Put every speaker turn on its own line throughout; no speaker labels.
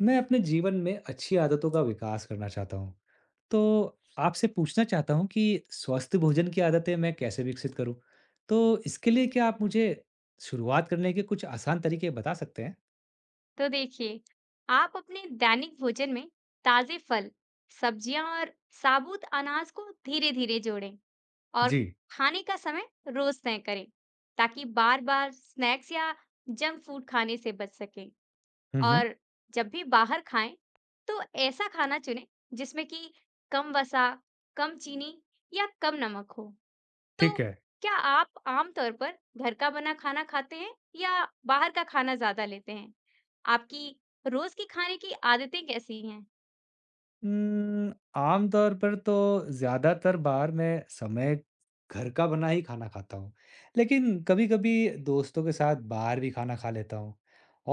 मैं अपने जीवन में अच्छी आदतों का विकास करना चाहता हूँ। तो आपसे पूछना चाहता हूँ कि स्वस्थ भोजन की आदतें मैं कैसे विकसित करूँ? तो इसके लिए क्या आप मुझे शुरुआत करने के कुछ आसान तरीके बता सकते हैं?
तो देखिए, आप अपने दैनिक भोजन में ताजे फल, सब्जियां और साबुत अनाज को धीरे-धीरे जोड़ें और
जी।
खाने का समय रोज तय करें, ताकि बार-बार स्नैक्स या जंक फूड खाने से बच सकें।
हुँ, हुँ।
और जब भी बाहर खाएं, तो ऐसा खाना चुनें जिसमें कि कम वसा, कम चीनी या कम नमक हो। तो
ठीक है।
क्या आप आमतौर पर घर का बना खाना खाते हैं या बाहर का खाना ज़्यादा लेते हैं? आपकी रोज़ की खाने की आदतें कैसी हैं?
आमतौर पर तो ज़्यादातर बार मैं समय घर का बना ही खाना खाता हूँ। लेकिन कभी-कभी दोस्तों के साथ बाहर भी खाना खा लेता हूँ।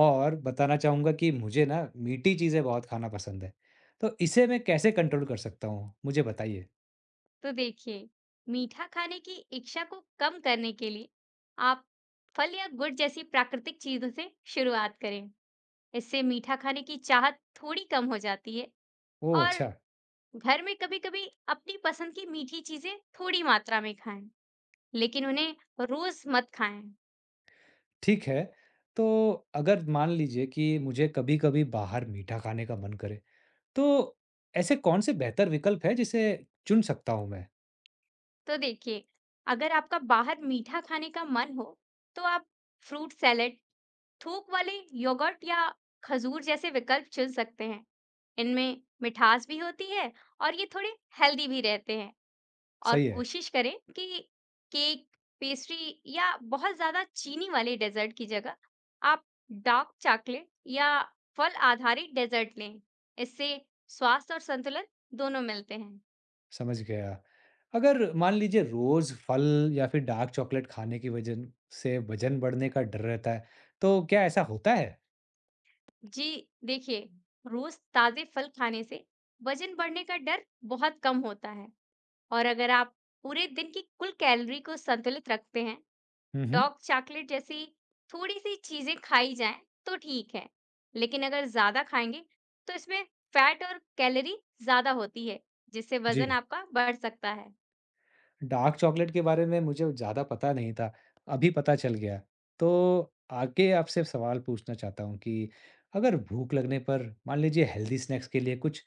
और बताना चाहूँगा कि मुझे ना मीठी चीज़ें बहुत खाना पसंद है। तो इसे मैं कैसे कंट्रोल कर सकता हूँ? मुझे बताइए।
तो देखिए, मीठा खाने की इच्छा को कम करने के लिए आप फल या गुड़ जैसी प्राकृतिक चीज़ों से शुरुआत करें। इससे मीठा खाने की चाहत थोड़ी कम हो जाती है
ओह!
और
अच्छा,
घर में कभी-कभी अपनी पसंद की मीठी चीज़ें थोड़ी मात्रा में खाएँ, लेकिन उन्हें रोज़ मत खाएँ।
ठीक है। तो अगर मान लीजिए कि मुझे कभी-कभी बाहर मीठा खाने का मन करे, तो ऐसे कौन से बेहतर विकल्प हैं जिसे चुन सकता हूँ मैं?
तो देखिए, अगर आपका बाहर मीठा खाने का मन हो, तो आप फ्रूट सैलेड, थोक वाले योगर्ट या खजूर जैसे विकल्प चुन सकते हैं। इनमें मिठास भी होती है और ये थोड़े हेल्दी भी रहते हैं। और
सही है।
कोशिश करें कि केक, पेस्ट्री या बहुत ज़्यादा चीनी वाले डेजर्ट की जगह आप डार्क चॉकलेट या फल आधारित डेजर्ट लें। इससे स्वास्थ्य और संतुलन दोनों मिलते हैं।
समझ गया। अगर मान लीजिए रोज़ फल या फिर डार्क चॉकलेट खाने की वजह से वज़न बढ़ने का डर रहता है, तो क्या ऐसा होता है?
जी देखिए, रोज ताजे फल खाने से वजन बढ़ने का डर बहुत कम होता है और अगर आप पूरे दिन की कुल कैलोरी को संतुलित रखते हैं,
हुँ, हुँ।
डॉर्क चॉकलेट जैसी थोड़ी सी चीजें खाई जाएं तो ठीक है। लेकिन अगर ज्यादा खाएंगे तो इसमें फैट और कैलोरी ज्यादा होती है, जिससे
जी,
वजन आपका बढ़ सकता है।
डार्क चॉकलेट के बारे में मुझे ज़्यादा पता नहीं था, अभी पता चल गया। तो आगे आपसे सवाल पूछना चाहता हूँ कि अगर भूख लगने पर मान लीजिए हेल्दी स्नैक्स के लिए कुछ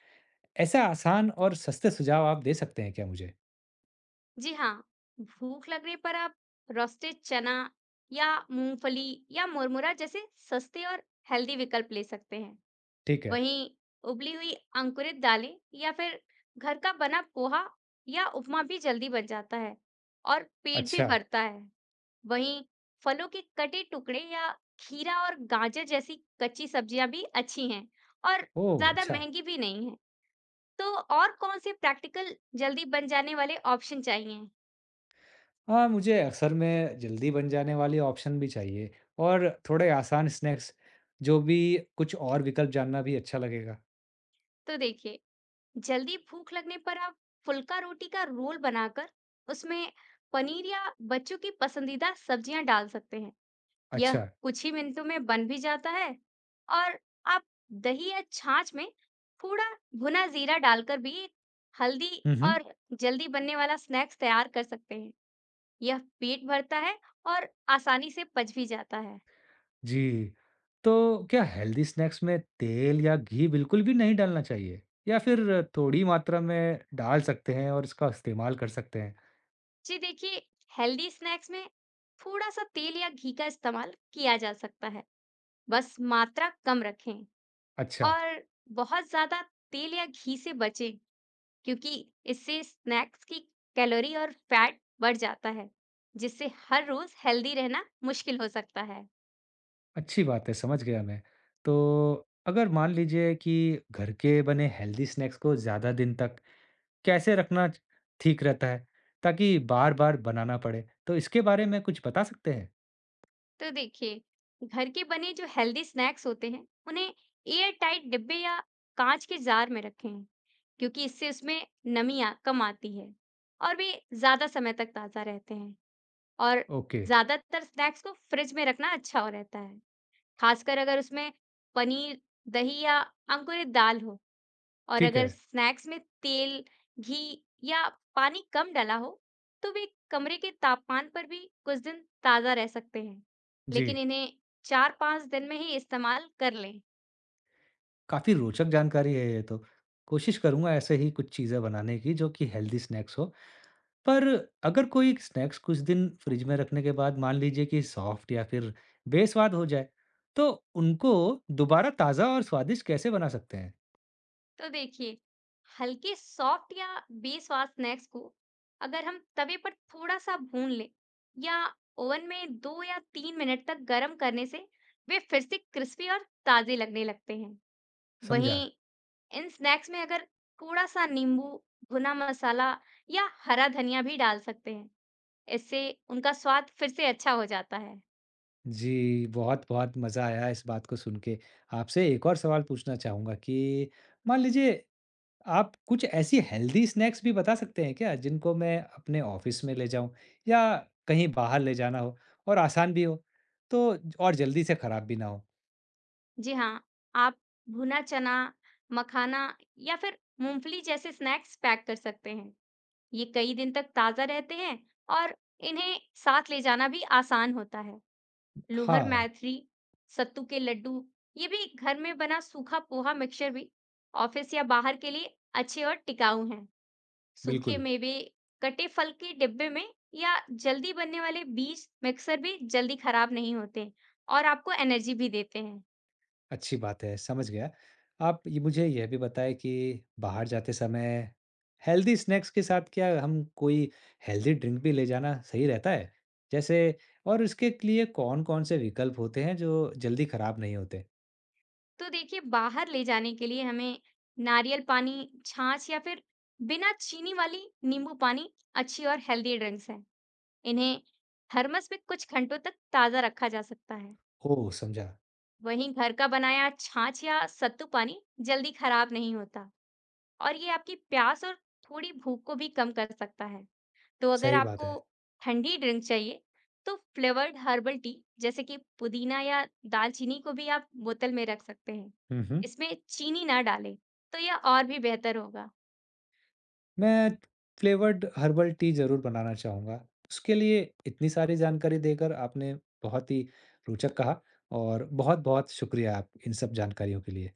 ऐसा आसान और सस्ते सुझाव आप दे सकते हैं क्या मुझे?
जी हाँ, भूख लगने पर आप रोस्टेड चना या मूंगफली या मुरमुरा जैसे सस्ते और हेल्दी विकल्प ले सकते हैं।
ठीक है।
वहीं उबली हुई अंकुरित दालें या फिर घर का बना पोहा या उपमा भी जल्दी बन जाता है और पेट भी
अच्छा।
भरता है। वहीं फलों के कटे टुकड़े या खीरा और गाजर जैसी कच्ची सब्जियां भी अच्छी हैं और
ओह!
ज्यादा
अच्छा।
महंगी भी नहीं है। तो और कौन से प्रैक्टिकल जल्दी बन जाने वाले ऑप्शन चाहिए?
हाँ, मुझे अक्सर में जल्दी बन जाने वाले ऑप्शन भी चाहिए और थोड़े आसान स्नैक्स, जो भी कुछ और विकल्प जानना भी अच्छा लगेगा।
तो देखिए, जल्दी भूख लगने पर आप फुल्का रोटी का रोल बनाकर उसमें पनीर या बच्चों की पसंदीदा सब्जियां डाल सकते हैं। यह
अच्छा।
कुछ ही मिनटों में बन भी जाता है और आप दही या छाछ में थोड़ा भुना जीरा डालकर भी एक हल्दी
हुँ, हुँ।
और जल्दी बनने वाला स्नैक्स तैयार कर सकते हैं। यह पेट भरता है और आसानी से पच भी जाता है।
जी। तो क्या हेल्दी स्नैक्स में तेल या घी बिल्कुल भी नहीं डालना चाहिए? या फिर थोड़ी मात्रा में डाल सकते हैं और इसका इस्तेमाल कर सकते हैं?
जी देखिए, हेल्दी स्नैक्स में थोड़ा सा तेल या घी का इस्तेमाल किया जा सकता है। बस मात्रा कम रखें
अच्छा,
और बहुत ज्यादा तेल या घी से बचें, क्योंकि इससे स्नैक्स की कैलोरी और फैट बढ़ जाता है, जिससे हर रोज हेल्दी रहना मुश्किल हो सकता है।
अच्छी बात है, समझ गया मैं। तो अगर मान लीजिए कि घर के बने हेल्दी स्नैक्स को ज़्यादा दिन तक कैसे रखना ठीक रहता है ताकि बार बार बनाना पड़े तो इसके बारे में कुछ बता सकते हैं।
तो देखिए, घर के बने जो हेल्दी स्नैक्स होते हैं, उन्हें एयर टाइट डिब्बे या कांच के जार में रखें, क्योंकि इससे उसमें कम आती है और वे ज्यादा समय तक ताजा रहते हैं। और
ओके।
ज्यादातर स्नैक्स को फ्रिज में रखना अच्छा हो रहता है, खासकर अगर उसमें पनीर, दही या अंकुरित दाल हो। और
ठीक
अगर
है।
स्नैक्स में तेल, घी या पानी कम डला हो, तो वे कमरे के तापमान पर भी कुछ दिन ताज़ा रह सकते हैं।
जी।
लेकिन इन्हें 4-5 दिन में ही इस्तेमाल कर लें।
काफ़ी रोचक जानकारी है ये तो। कोशिश करूंगा ऐसे ही कुछ चीज़ें बनाने की जो कि हेल्दी स्नैक्स हो, पर अगर कोई स्नैक्स कुछ दिन फ्रिज में रखने के बाद मान लीजिए कि सॉफ्ट या फिर बेस्वाद हो जाए, तो उनको दोबारा ताज़ा और स्वादिष्ट कैसे बना सकते हैं?
तो देखिए, हल्के सॉफ्ट या बेस्वाद स्नैक्स को अगर हम तवे पर थोड़ा-सा भून लें या ओवन में 2 या 3 मिनट तक गर्म करने से वे फिर से क्रिस्पी और ताज़े लगने लगते हैं।
समझा।
वहीं इन स्नैक्स में अगर थोड़ा-सा नींबू, भुना मसाला या हरा धनिया भी डाल सकते हैं। इससे उनका स्वाद फिर से अच्छा हो जाता है।
जी, बहुत-बहुत मज़ा आया इस बात को सुन के। आपसे एक और सवाल पूछना चाहूँगा कि मान लीजिए आप कुछ ऐसी हेल्दी स्नैक्स भी बता सकते हैं क्या जिनको मैं अपने ऑफ़िस में ले जाऊँ या कहीं बाहर ले जाना हो और आसान भी हो, तो ज और जल्दी से खराब भी ना हो?
जी हाँ, आप भुना चना, मखाना या फिर मूंगफली जैसे स्नैक्स पैक कर सकते हैं। ये कई दिन तक ताज़ा रहते हैं और इन्हें साथ ले जाना भी आसान होता है। लोहर
हाँ,
मैथी, सत्तू के लड्डू, ये भी घर में बना सूखा पोहा मिक्सचर भी ऑफिस या बाहर के लिए अच्छे और टिकाऊ हैं। सूखे
बिल्कुल।
मेवे, कटे फल के डिब्बे में या जल्दी बनने वाले बीज मिक्सर भी जल्दी खराब नहीं होते और आपको एनर्जी भी देते हैं।
अच्छी बात है, समझ गया। आप ये मुझे यह भी बताएँ कि बाहर जाते समय हेल्दी स्नैक्स के साथ क्या हम कोई हेल्दी ड्रिंक भी ले जाना सही रहता है? जैसे और इसके लिए कौन-कौन से विकल्प होते हैं जो जल्दी खराब नहीं होते?
तो देखिए, बाहर ले जाने के लिए हमें नारियल पानी, छाछ या फिर बिना चीनी वाली नींबू पानी अच्छी और हेल्दी ड्रिंक्स हैं। इन्हें थर्मस में कुछ घंटों तक ताजा रखा जा सकता है।
ओह! समझा,
वहीं घर का बनाया छाछ या सत्तू पानी जल्दी खराब नहीं होता और ये आपकी प्यास और थोड़ी भूख को भी कम कर सकता है। तो अगर
सही बात
आपको
है।
ठंडी ड्रिंक चाहिए तो फ्लेवर्ड हर्बल टी जैसे कि पुदीना या दालचीनी को भी आप बोतल में रख सकते हैं।
हुँ, हुँ।
इसमें चीनी ना डालें तो यह और भी बेहतर होगा।
मैं फ्लेवर्ड हर्बल टी ज़रूर बनाना चाहूँगा। उसके लिए इतनी सारी जानकारी देकर आपने बहुत ही रोचक कहा और बहुत-बहुत शुक्रिया आप इन सब जानकारियों के लिए।